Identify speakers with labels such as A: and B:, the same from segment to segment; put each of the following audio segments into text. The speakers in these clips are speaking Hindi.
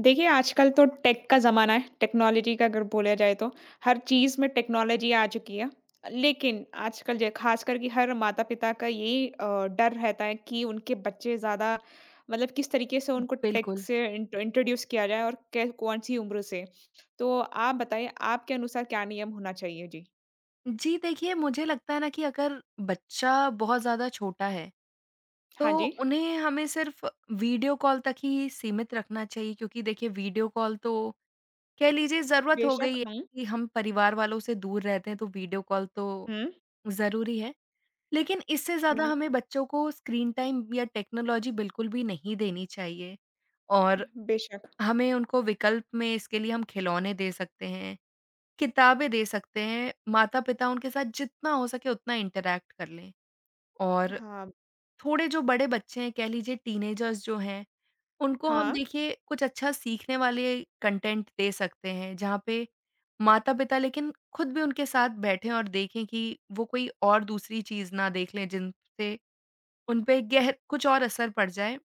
A: देखिए, आजकल तो टेक का ज़माना है, टेक्नोलॉजी का अगर बोला जाए तो, हर चीज़ में टेक्नोलॉजी आ चुकी है। लेकिन आजकल ज ख़ासकर कि हर माता-पिता का यही डर रहता है कि उनके बच्चे ज़्यादा मतलब किस तरीके से उनको टेक
B: बिल्कुल।
A: से इंट्रोड्यूस किया जाए और कै कौन-सी उम्र से। तो आप बताइए, आपके अनुसार क्या नियम होना चाहिए? जी।
B: जी, देखिए मुझे लगता है ना कि अगर बच्चा बहुत ज़्यादा छोटा है,
A: हाँ
B: तो
A: जी,
B: उन्हें हमें सिर्फ़ वीडियो कॉल तक ही सीमित रखना चाहिए, क्योंकि देखिए वीडियो कॉल तो कह लीजिए ज़रूरत हो
A: बेशक।
B: गई है
A: हुँ,
B: कि हम परिवार वालों से दूर रहते हैं, तो वीडियो कॉल तो
A: हुँ,
B: ज़रूरी है। लेकिन इससे ज़्यादा
A: हुँ,
B: हुँ। हमें बच्चों को स्क्रीन टाइम या टेक्नोलॉजी बिल्कुल भी नहीं देनी चाहिए, और
A: बेशक।
B: हमें उनको विकल्प में इसके लिए हम खिलौने दे सकते हैं, किताबें दे सकते हैं, माता-पिता उनके साथ जितना हो सके उतना इंटरैक्ट कर लें। और
A: हाँ,
B: थोड़े जो बड़े बच्चे हैं, कह लीजिए टीनेजर्स जो हैं, उनको हम
A: हाँ।
B: देखिए कुछ अच्छा सीखने वाले कंटेंट दे सकते हैं, जहाँ पे माता-पिता लेकिन खुद भी उनके साथ बैठें और देखें कि वो कोई और दूसरी चीज़ ना देख लें, जिनसे उन पे गहर कुछ और असर पड़ जाए।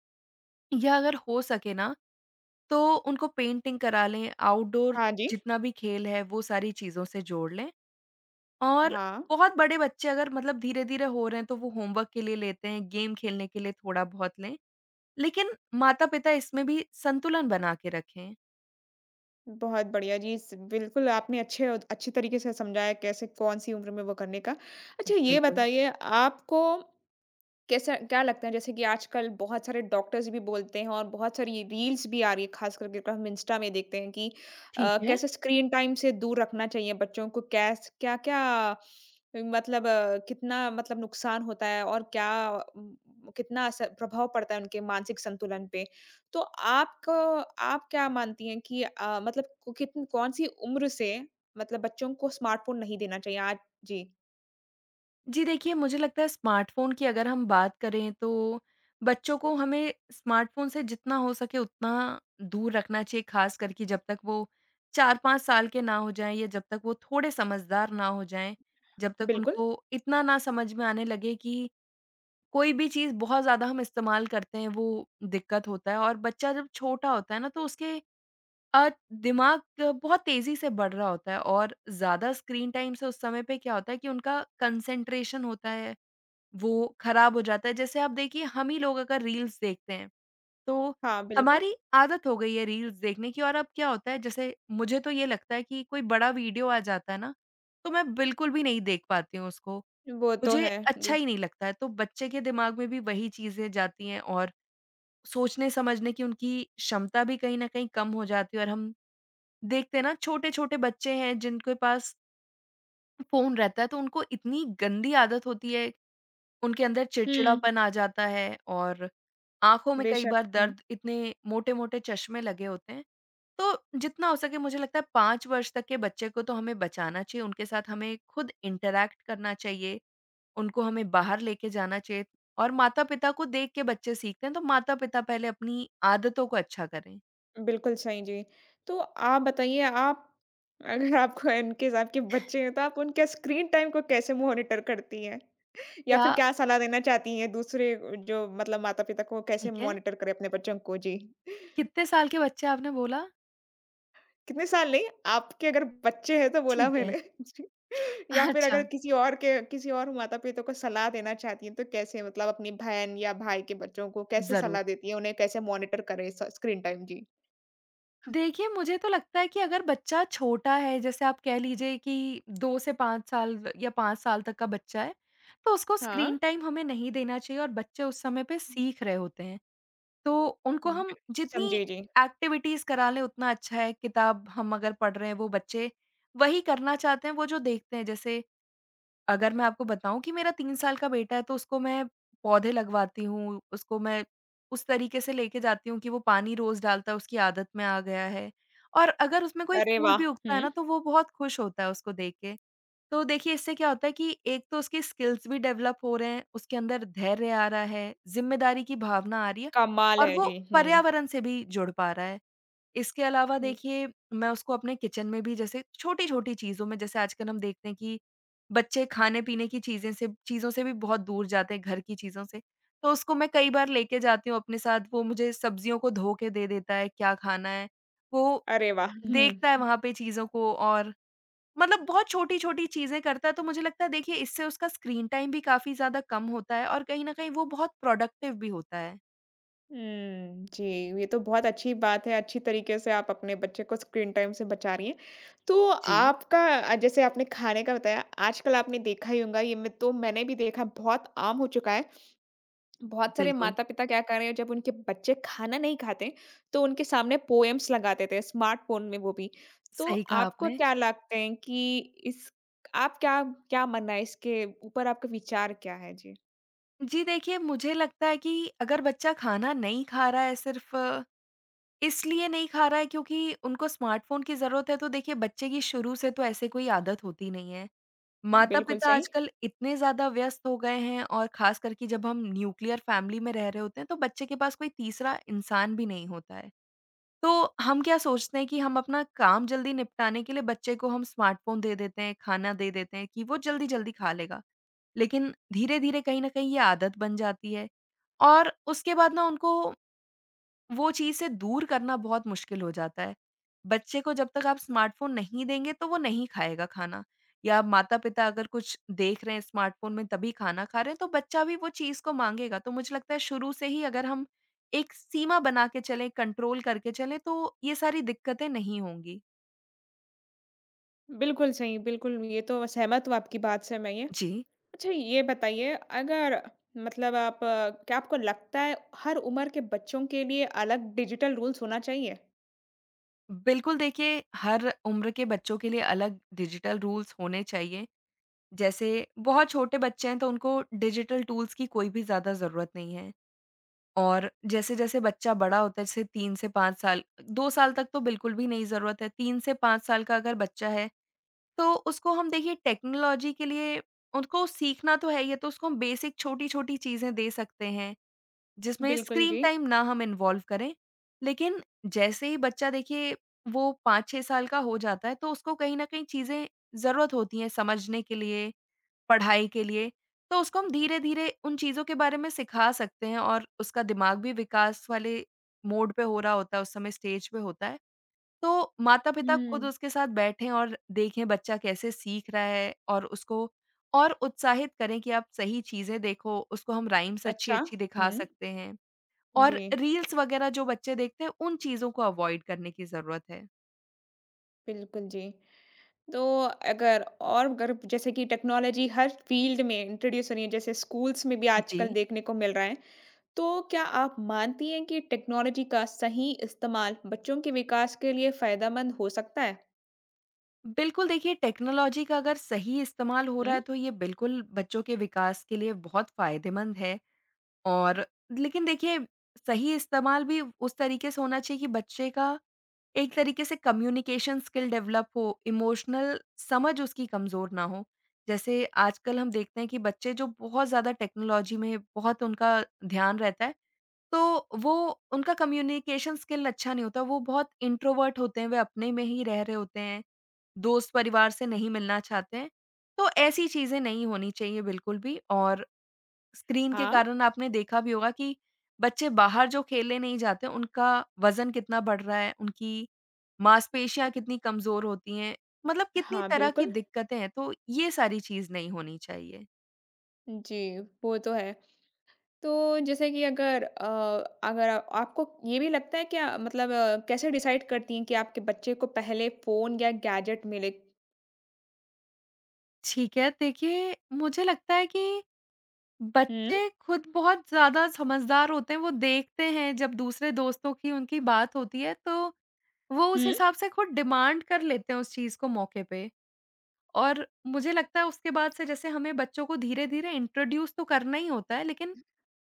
B: या अगर हो सके ना, तो उनको पेंटिंग करा लें, आउटडोर
A: हाँ जी,
B: जितना भी खेल है, वो सारी चीज़ों से जोड़ लें। और
A: हाँ।
B: बहुत बड़े बच्चे अगर मतलब धीरे-धीरे हो रहे हैं, तो वो होमवर्क के लिए लेते हैं, गेम खेलने के लिए थोड़ा बहुत लें, लेकिन माता-पिता इसमें भी संतुलन बना के रखें।
A: बहुत बढ़िया जी, स बिल्कुल आपने अच्छे अच्छे तरीके से समझाया कैसे कौन-सी उम्र में वो करने का। अच्छा ये
B: बिल्कुल।
A: बताइए आपको कैसा क्या लगता है जैसे कि आजकल बहुत सारे डॉक्टर्स भी बोलते हैं और बहुत सारी रील्स भी आ रही है खास करके अगर हम इंस्टा में देखते हैं कि
B: ठीक है।
A: कैसे स्क्रीन टाइम से दूर रखना चाहिए बच्चों को कैस क्या क्या मतलब कितना मतलब नुकसान होता है और क्या म, कितना असर प्रभाव पड़ता है उनके मानसिक संतुलन पे। तो आपको आप क्या मानती हैं कि मतलब कितन कौन सी उम्र से मतलब बच्चों को स्मार्टफोन नहीं देना चाहिए आज। जी।
B: जी देखिए, मुझे लगता है स्मार्टफ़ोन की अगर हम बात करें, तो बच्चों को हमें स्मार्टफ़ोन से जितना हो सके उतना दूर रखना चाहिए, ख़ास करके जब तक वो 4-5 साल के ना हो जाएँ, या जब तक वो थोड़े समझदार ना हो जाएँ, जब तक
A: बिल्कुल।
B: उनको इतना ना समझ में आने लगे कि कोई भी चीज़ बहुत ज़्यादा हम इस्तेमाल करते हैं, वो दिक्कत होता है। और बच्चा जब छोटा होता है ना, तो उसके अ, दिमाग बहुत तेज़ी से बढ़ रहा होता है, और ज़्यादा स्क्रीन टाइम से उस समय पे क्या होता है कि उनका कंसंट्रेशन होता है, वो खराब हो जाता है। जैसे आप देखिए हम ही लोग अगर रील्स देखते हैं, तो
A: हाँ, बिल्कुल,
B: हमारी आदत हो गई है रील्स देखने की। और अब क्या होता है, जैसे मुझे तो ये लगता है कि कोई बड़ा वीडियो आ जाता है ना, तो मैं बिल्कुल भी नहीं देख पाती हूँ उसको।
A: वो तो
B: मुझे
A: है।
B: अच्छा
A: जी।
B: ही नहीं लगता है, तो बच्चे के दिमाग में भी वही चीज़ें जाती हैं। और सोचने-समझने की उनकी क्षमता भी कहीं न कहीं कम हो जाती है, और हम देखते हैं ना, छोटे-छोटे बच्चे हैं जिनके पास फ़ोन रहता है, तो उनको इतनी गंदी आदत होती है, उनके अंदर
A: हुँ,
B: चिड़चिड़ापन आ जाता है, और आँखों में कई
A: बेशक।
B: बार
A: हुँ,
B: दर्द, इतने मोटे-मोटे चश्मे लगे होते हैं। तो जितना हो सके मुझे लगता है 5 वर्ष तक के बच्चे को तो हमें बचाना चाहिए, उनके साथ हमें खुद इंटरैक्ट करना चाहिए, उनको हमें बाहर लेके जाना चाहिए, और माता-पिता को देख के बच्चे सीखते हैं, तो माता-पिता पहले अपनी आदतों को अच्छा करें।
A: बिल्कुल सही जी। तो आप बताइए आप अगर आपको इन केस आपके बच्चे हैं तो आप उनके स्क्रीन टाइम को कैसे मॉनिटर करती हैं? या
B: क्या
A: फिर क्या सलाह देना चाहती हैं दूसरे जो मतलब माता-पिता को कैसे
B: ठीक है,
A: मॉनिटर करें अपने बच्चों को? जी।
B: कितने साल के बच्चे आपने बोला?
A: कितने साल नहीं, आपके अगर बच्चे हैं तो बोला
B: ठीक है,
A: मैंने जी। या फिर अगर
B: अच्छा,
A: किसी और के किसी और माता-पिता को सलाह देना चाहती हैं, तो कैसे मतलब अपनी बहन या भाई के बच्चों को कैसे
B: ज़रूर।
A: सलाह देती हैं? उन्हें कैसे मॉनिटर करें स स्क्रीन टाइम? जी।
B: देखिए, मुझे तो लगता है कि अगर बच्चा छोटा है, जैसे आप कह लीजिए कि 2 से 5 साल, या 5 साल तक का बच्चा है, तो उसको
A: हाँ।
B: स्क्रीन टाइम हमें नहीं देना चाहिए, और बच्चे उस समय पे सीख रहे होते हैं। तो उनको
A: हुँ।
B: हम जितनी
A: समझी जी।
B: एक्टिविटीज़ करा लें, उतना अच्छा है। किताब हम अगर पढ़ रहे हैं, वो बच्चे वही करना चाहते हैं, वो जो देखते हैं। जैसे अगर मैं आपको बताऊँ कि मेरा 3 साल का बेटा है, तो उसको मैं पौधे लगवाती हूँ, उसको मैं उस तरीके से लेके जाती हूँ कि वो पानी रोज़ डालता है, उसकी आदत में आ गया है। और अगर उसमें कोई
A: अरे
B: फूल
A: वाह!
B: भी उगता है
A: हुँ,
B: ना, तो वो बहुत खुश होता है उसको देख के। तो देखिए इससे क्या होता है कि एक तो उसकी स्किल्स भी डेवलप हो रहे हैं, उसके अंदर धैर्य आ रहा है, ज़िम्मेदारी की भावना आ रही है,
A: कमाल है
B: और वो
A: जी। हुँ,
B: पर्यावरण से भी जुड़ पा रहा है। इसके अलावा
A: हुँ।
B: देखिए मैं उसको अपने किचन में भी, जैसे छोटी-छोटी चीज़ों में, जैसे आजकल हम देखते हैं कि बच्चे खाने-पीने की चीज़ें से चीज़ों से भी बहुत दूर जाते हैं, घर की चीज़ों से। तो उसको मैं कई बार लेके जाती हूँ अपने साथ, वो मुझे सब्जियों को धो के दे देता है, क्या खाना है। वो
A: अरे वाह! हुँ।
B: देखता है वहाँ पे चीज़ों को, और मतलब बहुत छोटी-छोटी चीज़ें करता है, तो मुझे लगता है देखिए इससे उसका स्क्रीन टाइम भी काफ़ी ज़्यादा कम होता है, और कहीं न कहीं वो बहुत प्रोडक्टिव भी होता है।
A: हुँ, जी, ये तो बहुत अच्छी बात है, अच्छी तरीके से आप अपने बच्चे को स्क्रीन टाइम से बचा रही हैं। तो
B: जी,
A: आपका जैसे आपने खाने का बताया, आजकल आपने देखा ही होगा, ये मैं तो मैंने भी देखा बहुत आम हो चुका है। बहुत सारे
B: बिल्कुल,
A: माता-पिता क्या कर रहे हैं, जब उनके बच्चे खाना नहीं खाते, तो उनके सामने पोएम्स लगा देते हैं, स्मार्टफ़ोन में वो भी। तो
B: सही कहा
A: आपको
B: आपने।
A: क्या लगते हैं कि इस आप क्या क्या मानना है इसके ऊपर आपका विचार क्या है? जी,
B: जी देखिए, मुझे लगता है कि अगर बच्चा खाना नहीं खा रहा है, सिर्फ़ इसलिए नहीं खा रहा है क्योंकि उनको स्मार्टफ़ोन की ज़रूरत है, तो देखिए बच्चे की शुरू से तो ऐसे कोई आदत होती नहीं है।
A: बिल्कुल
B: माता-पिता
A: सही।
B: आजकल इतने ज़्यादा व्यस्त हो गए हैं, और ख़ास करके जब हम न्यूक्लियर फ़ैमिली में रह रहे होते हैं, तो बच्चे के पास कोई तीसरा इंसान भी नहीं होता है। तो हम क्या सोचते हैं कि हम अपना काम जल्दी निपटाने के लिए बच्चे को हम स्मार्टफ़ोन दे देते हैं, खाना दे देते हैं कि वो जल्दी-जल्दी खा लेगा। लेकिन धीरे-धीरे कहीं न कहीं ये आदत बन जाती है, और उसके बाद ना उनको वो चीज़ से दूर करना बहुत मुश्किल हो जाता है। बच्चे को जब तक आप स्मार्टफ़ोन नहीं देंगे, तो वो नहीं खाएगा खाना। या माता-पिता अगर कुछ देख रहे हैं स्मार्टफ़ोन में, तभी खाना खा रहे हैं, तो बच्चा भी वो चीज़ को माँगेगा। तो मुझे लगता है शुरू से ही अगर हम एक सीमा बना के चलें, कंट्रोल करके चलें, तो ये सारी दिक्कतें नहीं होंगी।
A: बिल्कुल सही, बिल्कुल, ये तो सहमत हूँ आपकी बात से मैं ये।
B: जी,
A: अच्छा ये बताइए अगर मतलब आप क्या आपको लगता है हर उम्र के बच्चों के लिए अलग डिजिटल रूल्स होना चाहिए?
B: बिल्कुल देखिए हर उम्र के बच्चों के लिए अलग डिजिटल रूल्स होने चाहिए। जैसे बहुत छोटे बच्चे हैं, तो उनको डिजिटल टूल्स की कोई भी ज़्यादा ज़रूरत नहीं है, और जैसे-जैसे बच्चा बड़ा होता है, जैसे 3 से 5 साल, 2 साल तक तो बिल्कुल भी नहीं ज़रूरत है, 3 से 5 साल का अगर बच्चा है, तो उसको हम देखिए टेक्नोलॉजी के लिए उसको सीखना तो है ही है, तो उसको हम बेसिक छोटी-छोटी चीज़ें दे सकते हैं, जिसमें
A: बिल्कुल
B: स्क्रीन
A: जी।
B: टाइम ना हम इन्वॉल्व करें। लेकिन जैसे ही बच्चा देखिए वो 5-6 साल का हो जाता है, तो उसको कहीं न कहीं चीज़ें ज़रूरत होती हैं समझने के लिए, पढ़ाई के लिए, तो उसको हम धीरे-धीरे उन चीज़ों के बारे में सिखा सकते हैं। और उसका दिमाग भी विकास वाले मोड पे हो रहा होता है, उस समय स्टेज पे होता है। तो माता-पिता खुद
A: हुँ,
B: उसके साथ बैठें और देखें बच्चा कैसे सीख रहा है, और उसको और उत्साहित करें कि आप सही चीज़ें देखो, उसको हम राइम्स
A: अच्छा।
B: अच्छी-अच्छी दिखा
A: हुँ,
B: सकते हैं, और
A: जी,
B: रील्स वगैरह जो बच्चे देखते हैं, उन चीज़ों को अवॉइड करने की ज़रूरत है।
A: बिल्कुल जी। तो अगर और अगर जैसे कि टेक्नोलॉजी हर फ़ील्ड में इंट्रोड्यूस हो रही है, जैसे स्कूल्स में भी
B: जी।
A: आजकल देखने को मिल रहा है, तो क्या आप मानती हैं कि टेक्नोलॉजी का सही इस्तेमाल बच्चों के विकास के लिए फ़ायदेमंद हो सकता है?
B: बिल्कुल देखिए टेक्नोलॉजी का अगर सही इस्तेमाल हो
A: हुँ।
B: रहा है, तो ये बिल्कुल बच्चों के विकास के लिए बहुत फ़ायदेमंद है, और लेकिन देखिए सही इस्तेमाल भी उस तरीके से होना चाहिए कि बच्चे का एक तरीके से कम्युनिकेशन स्किल डेवलप हो, इमोशनल समझ उसकी कमज़ोर ना हो। जैसे आजकल हम देखते हैं कि बच्चे जो बहुत ज़्यादा टेक्नोलॉजी में, बहुत उनका ध्यान रहता है, तो वो उनका कम्युनिकेशन स्किल अच्छा नहीं होता, वो बहुत इंट्रोवर्ट होते हैं, वे अपने में ही रह रहे होते हैं। दोस्त परिवार से नहीं मिलना चाहते हैं, तो ऐसी चीज़ें नहीं होनी चाहिए बिल्कुल भी। और स्क्रीन के
A: हाँ,
B: कारण आपने देखा भी होगा कि बच्चे बाहर जो खेलने नहीं जाते, उनका वज़न कितना बढ़ रहा है, उनकी मांसपेशियाँ कितनी कमज़ोर होती हैं, मतलब कितनी
A: हाँ,
B: तरह की
A: बिल्कुल।
B: दिक्कतें हैं, तो ये सारी चीज़ नहीं होनी चाहिए।
A: जी, वो तो है। तो जैसे कि अगर आपको ये भी लगता है क्या मतलब कैसे डिसाइड करती हैं कि आपके बच्चे को पहले फ़ोन या गैजेट मिले?
B: ठीक है, देखिए मुझे लगता है कि
A: हुँ,
B: बच्चे खुद बहुत ज़्यादा समझदार होते हैं, वो देखते हैं जब दूसरे दोस्तों की उनकी बात होती है, तो वो उस
A: हुँ,
B: हिसाब से खुद डिमांड कर लेते हैं उस चीज़ को मौके पे। और मुझे लगता है उसके बाद से जैसे हमें बच्चों को धीरे-धीरे इंट्रोड्यूस तो करना ही होता है, लेकिन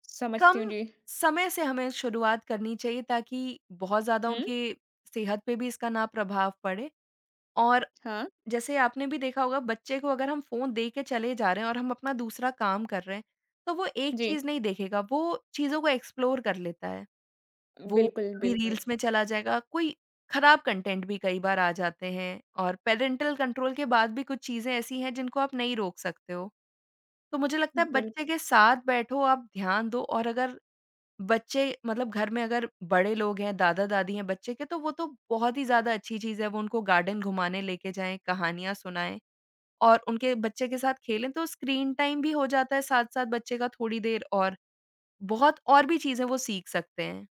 A: समझती
B: कम
A: हूँ, जी।
B: समय से हमें शुरुआत करनी चाहिए, ताकि बहुत ज़्यादा
A: हुँ,
B: उनकी सेहत पे भी इसका ना प्रभाव पड़े। और
A: हाँ,
B: जैसे आपने भी देखा होगा बच्चे को अगर हम फ़ोन दे के चले जा रहे हैं, और हम अपना दूसरा काम कर रहे हैं, तो वो एक
A: जी।
B: चीज़ नहीं देखेगा, वो चीज़ों को एक्सप्लोर कर लेता है। वो
A: बिल्कुल,
B: कभी
A: बिल्कुल,
B: रील्स में चला जाएगा, कोई खराब कंटेंट भी कई बार आ जाते हैं, और पैरेंटल कंट्रोल के बाद भी कुछ चीज़ें ऐसी हैं जिनको आप नहीं रोक सकते हो। तो मुझे लगता है
A: बिल
B: बच्चे के साथ बैठो, आप ध्यान दो, और अगर बच्चे मतलब घर में अगर बड़े लोग हैं, दादा-दादी हैं बच्चे के, तो वो तो बहुत ही ज़्यादा अच्छी चीज़ है, वो उनको गार्डन घुमाने लेके जाएँ, कहानियाँ सुनाएँ, और उनके बच्चे के साथ खेलें, तो स्क्रीन टाइम भी हो जाता है साथ-साथ बच्चे का थोड़ी देर, और बहुत और भी चीज़ें वो सीख सकते हैं।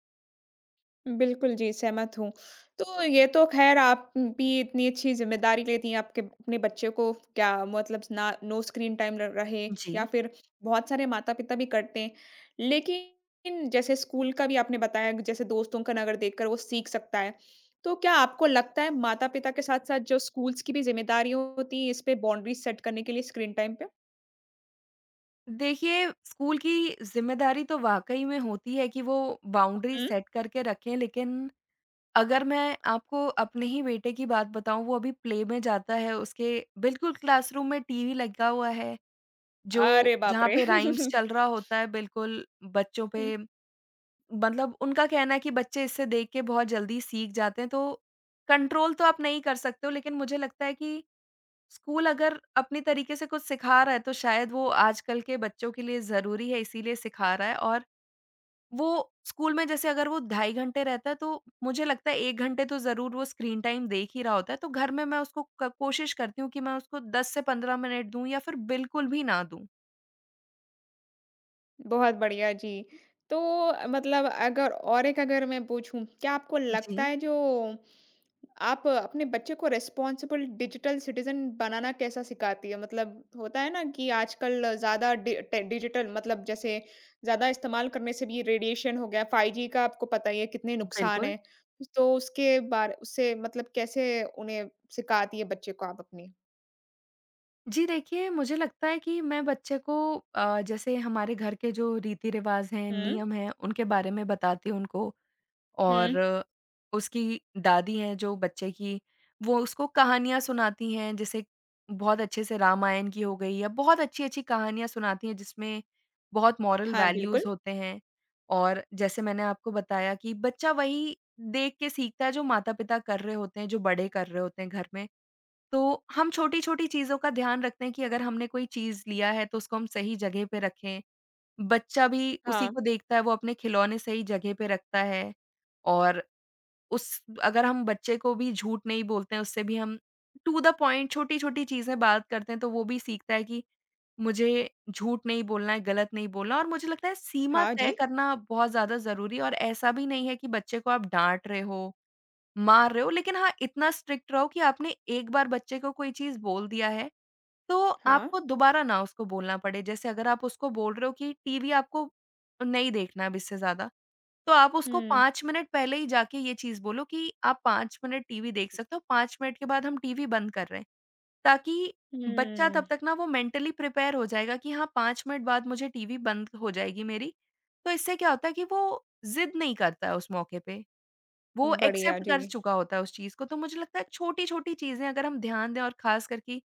A: बिल्कुल जी, सहमत हूँ। तो ये तो ख़ैर आप भी इतनी अच्छी ज़िम्मेदारी लेती हैं आपके अपने बच्चे को क्या मतलब ना नो स्क्रीन टाइम र रहे
B: जी।
A: या फिर बहुत सारे माता-पिता भी करते हैं। लेकिन जैसे स्कूल का भी आपने बताया कि जैसे दोस्तों का नगर देखकर वो सीख सकता है। तो क्या आपको लगता है माता-पिता के साथ-साथ जो स्कूल्स की भी ज़िम्मेदारियाँ होती हैं इस पे बाउंड्रीज़ सेट करने के लिए स्क्रीन टाइम पे?
B: देखिए, स्कूल की ज़िम्मेदारी तो वाक़ई में होती है कि वो बाउंड्री
A: हुँ।
B: सेट करके रखें, लेकिन अगर मैं आपको अपने ही बेटे की बात बताऊँ, वो अभी प्ले में जाता है, उसके बिल्कुल क्लासरूम में टीवी लगा हुआ है, जो
A: अरे बाप
B: जहाँ
A: रे!
B: पे राइम्स चल रहा होता है, बिल्कुल बच्चों
A: हम्म
B: पे। मतलब उनका कहना है कि बच्चे इससे देख के बहुत जल्दी सीख जाते हैं, तो कंट्रोल तो आप नहीं कर सकते हो, लेकिन मुझे लगता है कि स्कूल अगर अपनी तरीके से कुछ सिखा रहा है तो शायद वो आजकल के बच्चों के लिए ज़रूरी है इसीलिए सिखा रहा है। और वो स्कूल में जैसे अगर वो 2.5 घंटे रहता है तो मुझे लगता है 1 घंटे तो ज़रूर वो स्क्रीन टाइम देख ही रहा होता है। तो घर में मैं उसको क कोशिश करती हूँ कि मैं उसको 10 से 15 मिनट दूँ या फिर बिल्कुल भी ना दूँ।
A: बहुत बढ़िया, जी। तो मतलब अगर और एक अगर मैं पूछूँ, क्या आपको लगता
B: जी,
A: है जो आप अपने बच्चे को रिस्पॉन्सिबल डिजिटल सिटीज़न बनाना कैसा सिखाती है? मतलब होता है ना कि आजकल ज़्यादा डि टे डिजिटल मतलब जैसे ज़्यादा इस्तेमाल करने से भी रेडिएशन हो गया, 5G का आपको पता ही है कितने नुकसान
B: बिल्कुल।
A: हैं। तो उसके बारे उससे मतलब कैसे उन्हें सिखाती है बच्चे को आप अपनी?
B: जी, देखिए, मुझे लगता है कि मैं बच्चे को जैसे हमारे घर के जो रीति-रिवाज़ हैं,
A: हुँ,
B: नियम हैं, उनके बारे में बताती हूँ उनको।
A: हुँ।
B: और उसकी दादी हैं जो बच्चे की, वो उसको कहानियाँ सुनाती हैं, जैसे बहुत अच्छे से रामायण की हो गई या बहुत अच्छी-अच्छी कहानियाँ सुनाती हैं जिसमें बहुत मॉरल
A: हाँ, बिल्कुल।
B: वैल्यूज़ होते हैं। और जैसे मैंने आपको बताया कि बच्चा वही देख के सीखता है जो माता-पिता कर रहे होते हैं, जो बड़े कर रहे होते हैं घर में। तो हम छोटी-छोटी चीज़ों का ध्यान रखते हैं कि अगर हमने कोई चीज़ लिया है तो उसको हम सही जगह पे रखें। बच्चा भी उसी
A: हाँ,
B: को देखता है, वो अपने खिलौने सही जगह पे रखता है और उस अगर हम बच्चे को भी झूठ नहीं बोलते हैं, उससे भी हम टू द पॉइंट छोटी-छोटी चीज़ें बात करते हैं, तो वो भी सीखता है कि मुझे झूठ नहीं बोलना है, गलत नहीं बोलना। और मुझे लगता है सीमा
A: हाँ
B: तय
A: जी,
B: करना बहुत ज़्यादा ज़रूरी है और ऐसा भी नहीं है कि बच्चे को आप डाँट रहे हो, मार रहे हो, लेकिन हाँ, इतना स्ट्रिक्ट रहो कि आपने 1 बार बच्चे को कोई चीज़ बोल दिया है, तो
A: हाँ।
B: आपको दोबारा ना उसको बोलना पड़े। जैसे अगर आप उसको बोल रहे हो कि टीवी आपको नहीं देखना है अब इससे ज़्यादा, तो आप उसको
A: हुँ।
B: 5 मिनट पहले ही जाके ये चीज़ बोलो कि आप 5 मिनट टीवी देख सकते हो, 5 मिनट के बाद हम टीवी बंद कर रहे हैं। ताकि बच्चा तब
A: हुँ,
B: तक ना वो मेंटली प्रिपेयर हो जाएगा कि हाँ, 5 मिनट बाद मुझे टीवी बंद हो जाएगी मेरी। तो इससे क्या होता है कि वो ज़िद नहीं करता है उस मौके पे, वो
A: बढ़िया
B: एक्सेप्ट कर
A: जी।
B: चुका होता है उस चीज़ को। तो मुझे लगता है छोटी-छोटी चीज़ें अगर हम ध्यान दें और ख़ासकर कि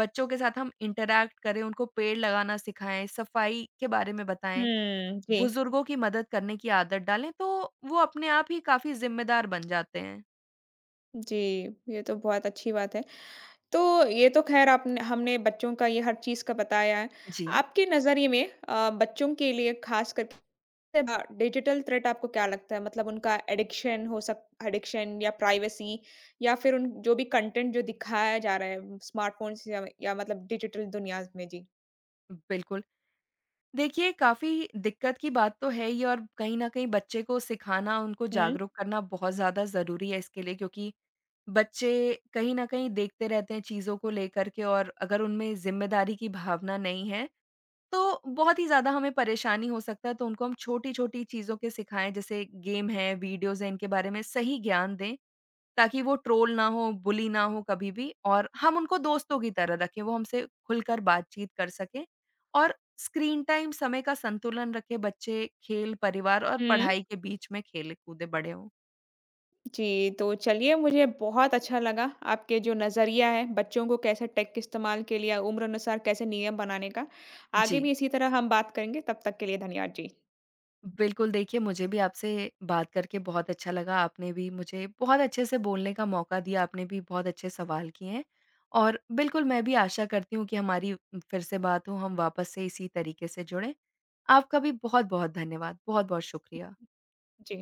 B: बच्चों के साथ हम इंटरैक्ट करें, उनको पेड़ लगाना सिखाएँ, सफाई के बारे में बताएँ।
A: हुँ, जी।
B: बुजुर्गों की मदद करने की आदत डालें तो वो अपने आप ही काफ़ी ज़िम्मेदार बन जाते हैं।
A: जी, ये तो बहुत अच्छी बात है। तो ये तो ख़ैर आपने हमने बच्चों का ये हर चीज़ का बताया है।
B: जी।
A: आपके नज़रिए में बच्चों के लिए ख़ास करके डिजिटल थ्रेट आपको क्या लगता है? मतलब उनका एडिक्शन हो सक एडिक्शन या प्राइवेसी या फिर उन जो भी कंटेंट जो दिखाया जा रहा है स्मार्टफ़ोन्स या मतलब डिजिटल दुनिया में? जी।
B: बिल्कुल। देखिए, काफ़ी दिक्कत की बात तो है ही और कहीं न कहीं बच्चे को सिखाना, उनको
A: हुँ,
B: जागरूक करना बहुत ज़्यादा ज़रूरी है इसके लिए क्योंकि बच्चे कहीं न कहीं देखते रहते हैं चीज़ों को लेकर के और अगर उनमें ज़िम्मेदारी की भावना नहीं है, तो बहुत ही ज़्यादा हमें परेशानी हो सकता है। तो उनको हम छोटी-छोटी चीज़ों के सिखाएँ जैसे गेम है, वीडियोज़ हैं, इनके बारे में सही ज्ञान दें ताकि वो ट्रोल ना हो, बुली ना हो कभी भी और हम उनको दोस्तों की तरह रखें, वो हमसे खुलकर बातचीत कर सकें और स्क्रीन टाइम समय का संतुलन रखें, बच्चे खेल, परिवार और
A: हुँ।
B: पढ़ाई के बीच में खेले-कूदे बड़े हों।
A: जी, तो चलिए मुझे बहुत अच्छा लगा आपके जो नज़रिया है बच्चों को कैसे टेक के इस्तेमाल के लिए उम्र अनुसार कैसे नियम बनाने का। आगे
B: जी।
A: भी इसी तरह हम बात करेंगे, तब तक के लिए धन्यवाद जी।
B: बिल्कुल, देखिए, मुझे भी आपसे बात करके बहुत अच्छा लगा, आपने भी मुझे बहुत अच्छे से बोलने का मौका दिया, आपने भी बहुत अच्छे सवाल किए हैं और बिल्कुल मैं भी आशा करती हूँ कि हमारी फिर से बात हो, हम वापस से इसी तरीके से जुड़ें। आपका भी बहुत-बहुत धन्यवाद, बहुत-बहुत शुक्रिया।
A: जी।